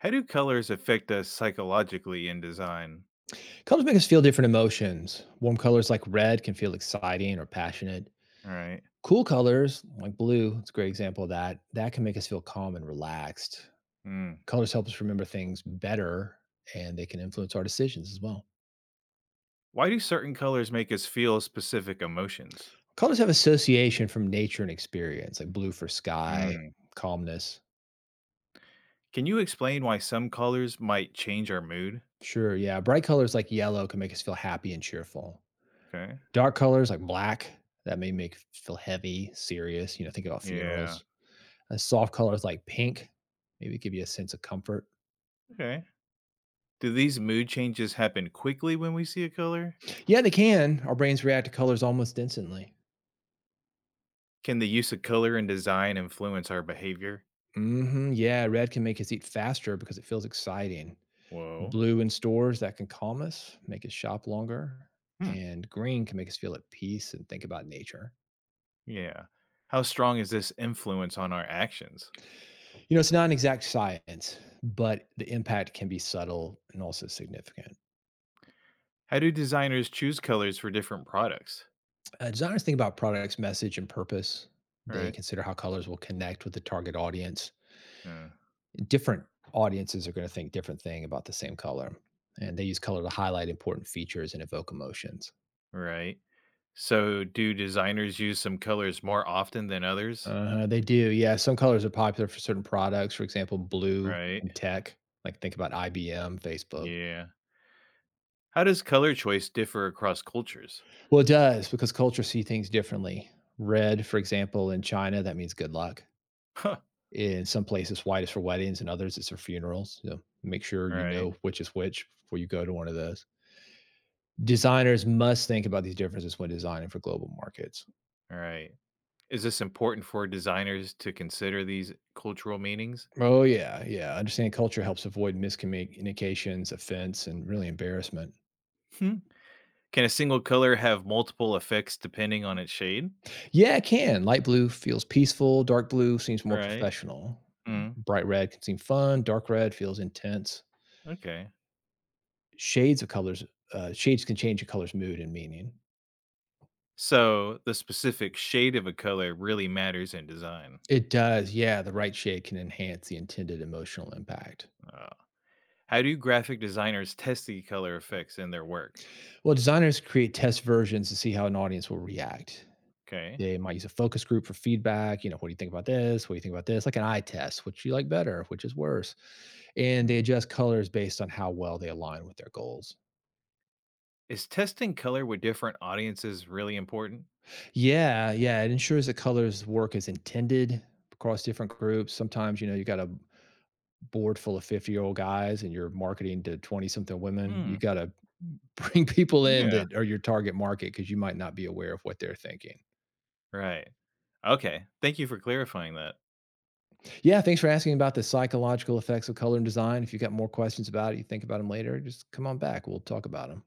How do colors affect us psychologically in design? Colors make us feel different emotions. Warm colors like red can feel exciting or passionate. All right. Cool colors like blue, it's a great example of that, that can make us feel calm and relaxed. Mm. Colors help us remember things better and they can influence our decisions as well. Why do certain colors make us feel specific emotions? Colors have association from nature and experience, like blue for sky, Mm. calmness. Can you explain why some colors might change our mood? Sure, yeah. Bright colors like yellow can make us feel happy and cheerful. Okay. Dark colors like black, that may make us feel heavy, serious, think about Yeah. funerals. A soft color is like pink. Maybe give you a sense of comfort. Okay. Do these mood changes happen quickly when we see a color? Yeah, they can. Our brains react to colors almost instantly. Can the use of color in design influence our behavior? Mm hmm. Yeah, red can make us eat faster because it feels exciting. Whoa. Blue in stores that can calm us, make us shop longer. Hmm. And green can make us feel at peace and think about nature. Yeah. How strong is this influence on our actions? You know, it's not an exact science, but the impact can be subtle and also significant. How do designers choose colors for different products? Designers think about products, message, and purpose. They Right. consider how colors will connect with the target audience. Uh, Different audiences are going to think different thing about the same color, and they use color to highlight important features and evoke emotions. right. So, do designers use some colors more often than others? They do, yeah. Some colors are popular for certain products, for example blue Right. and tech, like think about IBM, Facebook. Yeah. How does color choice differ across cultures? Well, it does because cultures see things differently. Red, for example, in China, that means good luck. Huh. In some places white is for weddings and others it's for funerals, so make sure All you right. know which is which before you go to one of those. Designers must think about these differences when designing for global markets. All right. Is this important for designers to consider these cultural meanings? Oh yeah, yeah. Understanding culture helps avoid miscommunications, offense, and really embarrassment. Hmm. Can a single color have multiple effects depending on its shade? Yeah, it can. Light blue feels peaceful. Dark blue seems more Right. professional. Mm. Bright red can seem fun. Dark red feels intense. Okay. Shades of colors, shades can change a color's mood and meaning. So, the specific shade of a color really matters in design. It does. Yeah, the right shade can enhance the intended emotional impact. Uh, how do graphic designers test the color effects in their work? Well, designers create test versions to see how an audience will react. Okay. They might use a focus group for feedback. You know, what do you think about this? What do you think about this? Like an eye test, which you like better, which is worse. And Hmm. they adjust colors based on how well they align with their goals. Is testing color with different audiences really important? Yeah, yeah. It ensures that colors work as intended across different groups. Sometimes, you got a board full of 50-year-old guys and you're marketing to 20 something women. Hmm. You got to bring people in Yeah. that are your target market because you might not be aware of what they're thinking. Right. Okay. Thank you for clarifying that. Yeah, thanks for asking about the psychological effects of color and design. If you've got more questions about it, you think about them later, just come on back. We'll talk about them.